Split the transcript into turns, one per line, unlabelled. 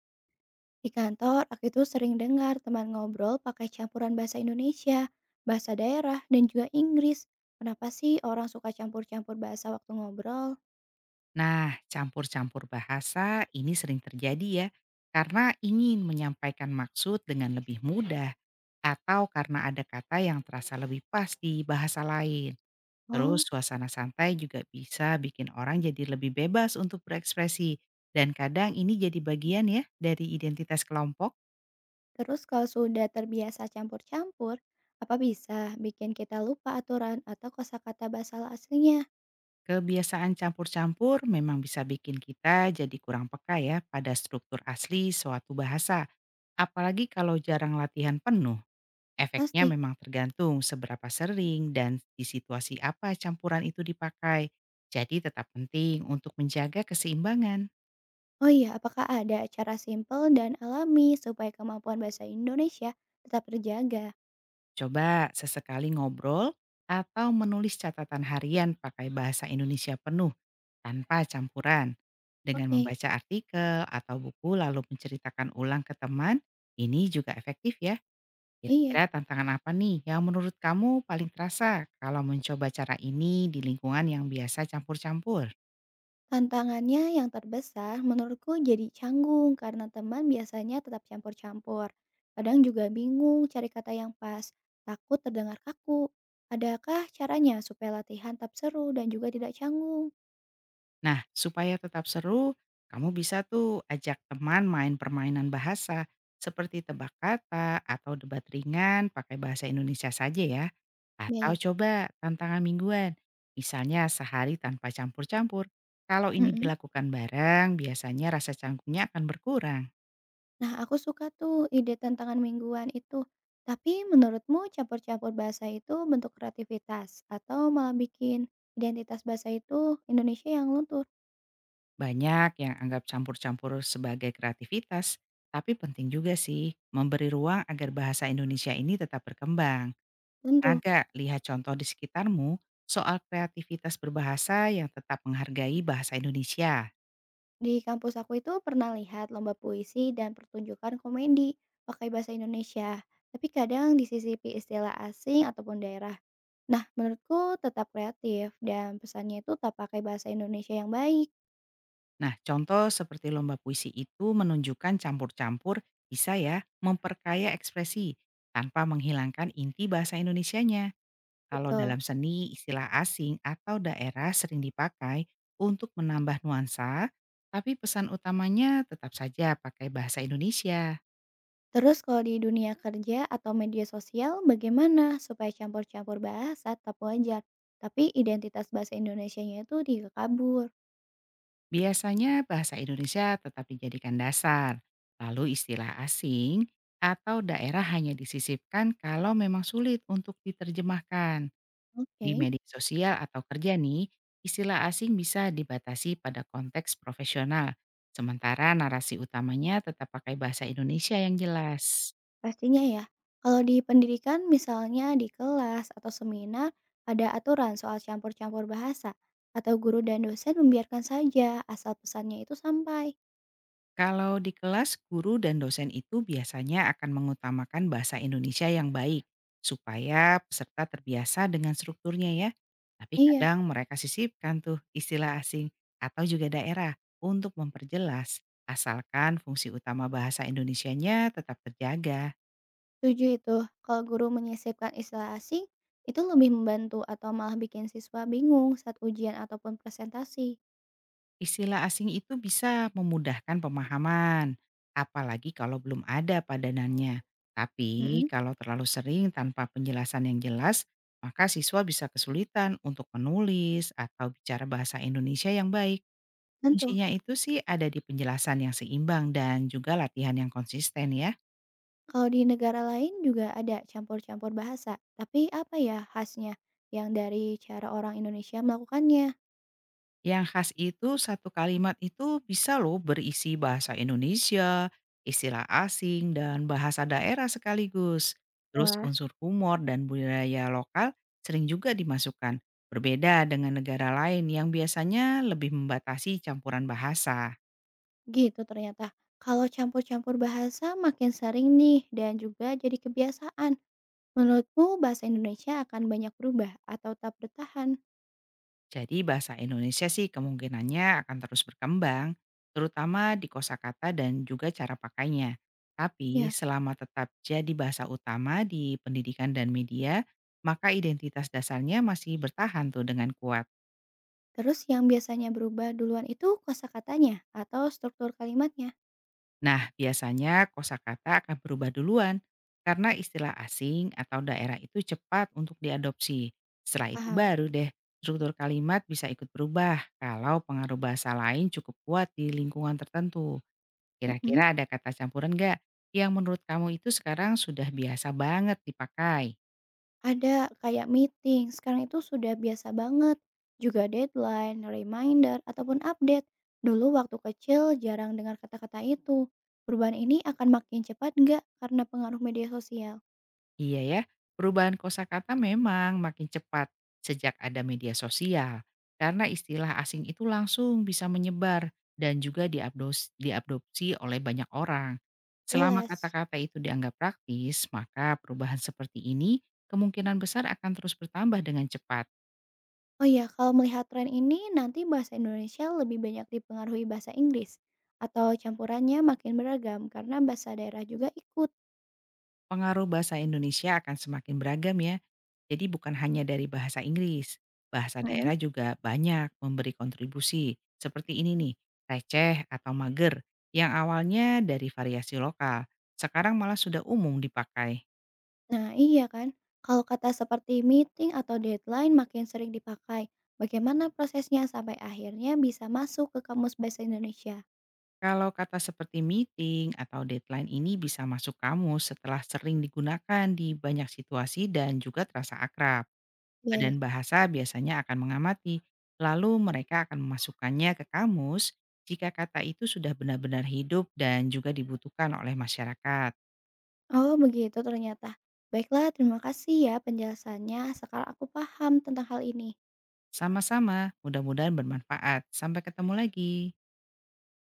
Di kantor, aku itu sering dengar teman ngobrol pakai campuran bahasa Indonesia, bahasa daerah, dan juga Inggris. Kenapa sih orang suka campur-campur bahasa waktu ngobrol?
Nah, campur-campur bahasa ini sering terjadi ya, karena ingin menyampaikan maksud dengan lebih mudah, atau karena ada kata yang terasa lebih pas di bahasa lain. Terus
Oh,
suasana santai juga bisa bikin orang jadi lebih bebas untuk berekspresi, dan kadang ini jadi bagian ya dari identitas kelompok.
terus kalau sudah terbiasa campur-campur, apa bisa bikin kita lupa aturan atau kosakata bahasa aslinya?
Kebiasaan campur-campur memang bisa bikin kita jadi kurang peka ya pada struktur asli suatu bahasa, apalagi kalau jarang latihan penuh. Efeknya
Pasti.
memang tergantung seberapa sering dan di situasi apa campuran itu dipakai. Jadi tetap penting untuk menjaga keseimbangan.
Oh iya, apakah ada cara simpel dan alami supaya kemampuan bahasa Indonesia tetap terjaga?
Coba sesekali ngobrol atau menulis catatan harian pakai bahasa Indonesia penuh tanpa campuran. Dengan
Oke,
membaca artikel atau buku lalu menceritakan ulang ke teman, ini juga efektif ya.
iya.
Kira-kira tantangan apa nih yang menurut kamu paling terasa kalau mencoba cara ini di lingkungan yang biasa campur-campur?
Tantangannya yang terbesar menurutku jadi canggung karena teman biasanya tetap campur-campur. Kadang juga bingung cari kata yang pas, takut terdengar kaku. Adakah caranya supaya latihan tetap seru dan juga tidak canggung?
Nah, supaya tetap seru, kamu bisa tuh ajak teman main permainan bahasa seperti tebak kata atau debat ringan pakai bahasa Indonesia saja ya. Atau
Baik.
coba tantangan mingguan, misalnya sehari tanpa campur-campur. Kalau ini
Mm-mm.
dilakukan bareng, biasanya rasa canggungnya akan berkurang.
Nah, aku suka tuh ide tantangan mingguan itu. Tapi menurutmu campur-campur bahasa itu bentuk kreativitas atau malah bikin identitas bahasa itu Indonesia yang luntur?
Banyak yang anggap campur-campur sebagai kreativitas, tapi penting juga sih memberi ruang agar bahasa Indonesia ini tetap berkembang.
Luntur.
Raga, lihat contoh di sekitarmu soal kreativitas berbahasa yang tetap menghargai bahasa Indonesia.
Di kampus aku itu pernah lihat lomba puisi dan pertunjukan komedi pakai bahasa Indonesia, tapi kadang disisipi istilah asing ataupun daerah. Nah, menurutku tetap kreatif dan pesannya itu tak pakai bahasa Indonesia yang baik.
Nah, contoh seperti lomba puisi itu menunjukkan campur-campur bisa ya memperkaya ekspresi tanpa menghilangkan inti bahasa Indonesianya. Kalau
Betul.
dalam seni, istilah asing atau daerah sering dipakai untuk menambah nuansa, tapi pesan utamanya tetap saja pakai bahasa Indonesia.
Terus kalau di dunia kerja atau media sosial, bagaimana supaya campur-campur bahasa tetap wajar, tapi identitas bahasa Indonesianya itu dikekabur?
Biasanya bahasa Indonesia tetap dijadikan dasar, lalu istilah asing atau daerah hanya disisipkan kalau memang sulit untuk diterjemahkan. Di
Oke.
media sosial atau kerja nih, istilah asing bisa dibatasi pada konteks profesional, sementara narasi utamanya tetap pakai bahasa Indonesia yang jelas.
Pastinya ya. Kalau di pendidikan misalnya di kelas atau seminar ada aturan soal campur-campur bahasa atau guru dan dosen membiarkan saja asal pesannya itu sampai.
Kalau di kelas, guru dan dosen itu biasanya akan mengutamakan bahasa Indonesia yang baik, supaya peserta terbiasa dengan strukturnya ya. Tapi
Iya,
kadang mereka sisipkan tuh istilah asing atau juga daerah untuk memperjelas, asalkan fungsi utama bahasa Indonesianya tetap terjaga.
setuju itu. Kalau guru menyisipkan istilah asing itu lebih membantu atau malah bikin siswa bingung saat ujian ataupun presentasi.
Istilah asing itu bisa memudahkan pemahaman, apalagi kalau belum ada padanannya. Tapi
Mm-mm,
kalau terlalu sering tanpa penjelasan yang jelas, maka siswa bisa kesulitan untuk menulis atau bicara bahasa Indonesia yang baik.
tentu.
Kuncinya itu sih ada di penjelasan yang seimbang dan juga latihan yang konsisten ya.
Kalau di negara lain juga ada campur-campur bahasa, tapi apa ya khasnya yang dari cara orang Indonesia melakukannya?
Yang khas itu satu kalimat itu bisa loh berisi bahasa Indonesia, istilah asing, dan bahasa daerah sekaligus. Terus
Wah,
unsur humor dan budaya lokal sering juga dimasukkan. Berbeda dengan negara lain yang biasanya lebih membatasi campuran bahasa.
gitu ternyata. Kalau campur-campur bahasa makin sering nih dan juga jadi kebiasaan. Menurutmu bahasa Indonesia akan banyak berubah atau tetap bertahan?
Jadi bahasa Indonesia sih kemungkinannya akan terus berkembang, terutama di kosakata dan juga cara pakainya. Tapi
Ya,
selama tetap jadi bahasa utama di pendidikan dan media, maka identitas dasarnya masih bertahan tuh dengan kuat.
terus yang biasanya berubah duluan itu kosakatanya atau struktur kalimatnya?
Nah, biasanya kosakata akan berubah duluan karena istilah asing atau daerah itu cepat untuk diadopsi. Setelah itu
Paham.
baru deh struktur kalimat bisa ikut berubah kalau pengaruh bahasa lain cukup kuat di lingkungan tertentu.
Mhm.
Kira-kira ada kata campuran nggak yang menurut kamu itu sekarang sudah biasa banget dipakai?
Ada kayak meeting, sekarang itu sudah biasa banget. Juga deadline, reminder, ataupun update. Dulu waktu kecil jarang dengar kata-kata itu. Perubahan ini akan makin cepat nggak karena pengaruh media sosial?
Iya ya, perubahan kosakata memang makin cepat sejak ada media sosial karena istilah asing itu langsung bisa menyebar dan juga diadopsi oleh banyak orang. Selama
Jelas.
kata-kata itu dianggap praktis, maka perubahan seperti ini kemungkinan besar akan terus bertambah dengan cepat.
Oh ya, kalau melihat tren ini, nanti bahasa Indonesia lebih banyak dipengaruhi bahasa Inggris atau campurannya makin beragam karena bahasa daerah juga ikut.
Pengaruh bahasa Indonesia akan semakin beragam ya. Jadi bukan hanya dari bahasa Inggris, bahasa
Mm.
daerah juga banyak memberi kontribusi. Seperti ini nih, receh atau mager yang awalnya dari variasi lokal, sekarang malah sudah umum dipakai.
Nah, iya kan? Kalau kata seperti meeting atau deadline makin sering dipakai, bagaimana prosesnya sampai akhirnya bisa masuk ke kamus bahasa Indonesia?
Kalau kata seperti meeting atau deadline ini bisa masuk kamus setelah sering digunakan di banyak situasi dan juga terasa akrab.
Baik.
Badan bahasa biasanya akan mengamati, lalu mereka akan memasukkannya ke kamus jika kata itu sudah benar-benar hidup dan juga dibutuhkan oleh masyarakat.
Oh, begitu ternyata. Baiklah, terima kasih ya penjelasannya. Sekarang aku paham tentang hal ini.
Sama-sama, mudah-mudahan bermanfaat. Sampai ketemu lagi.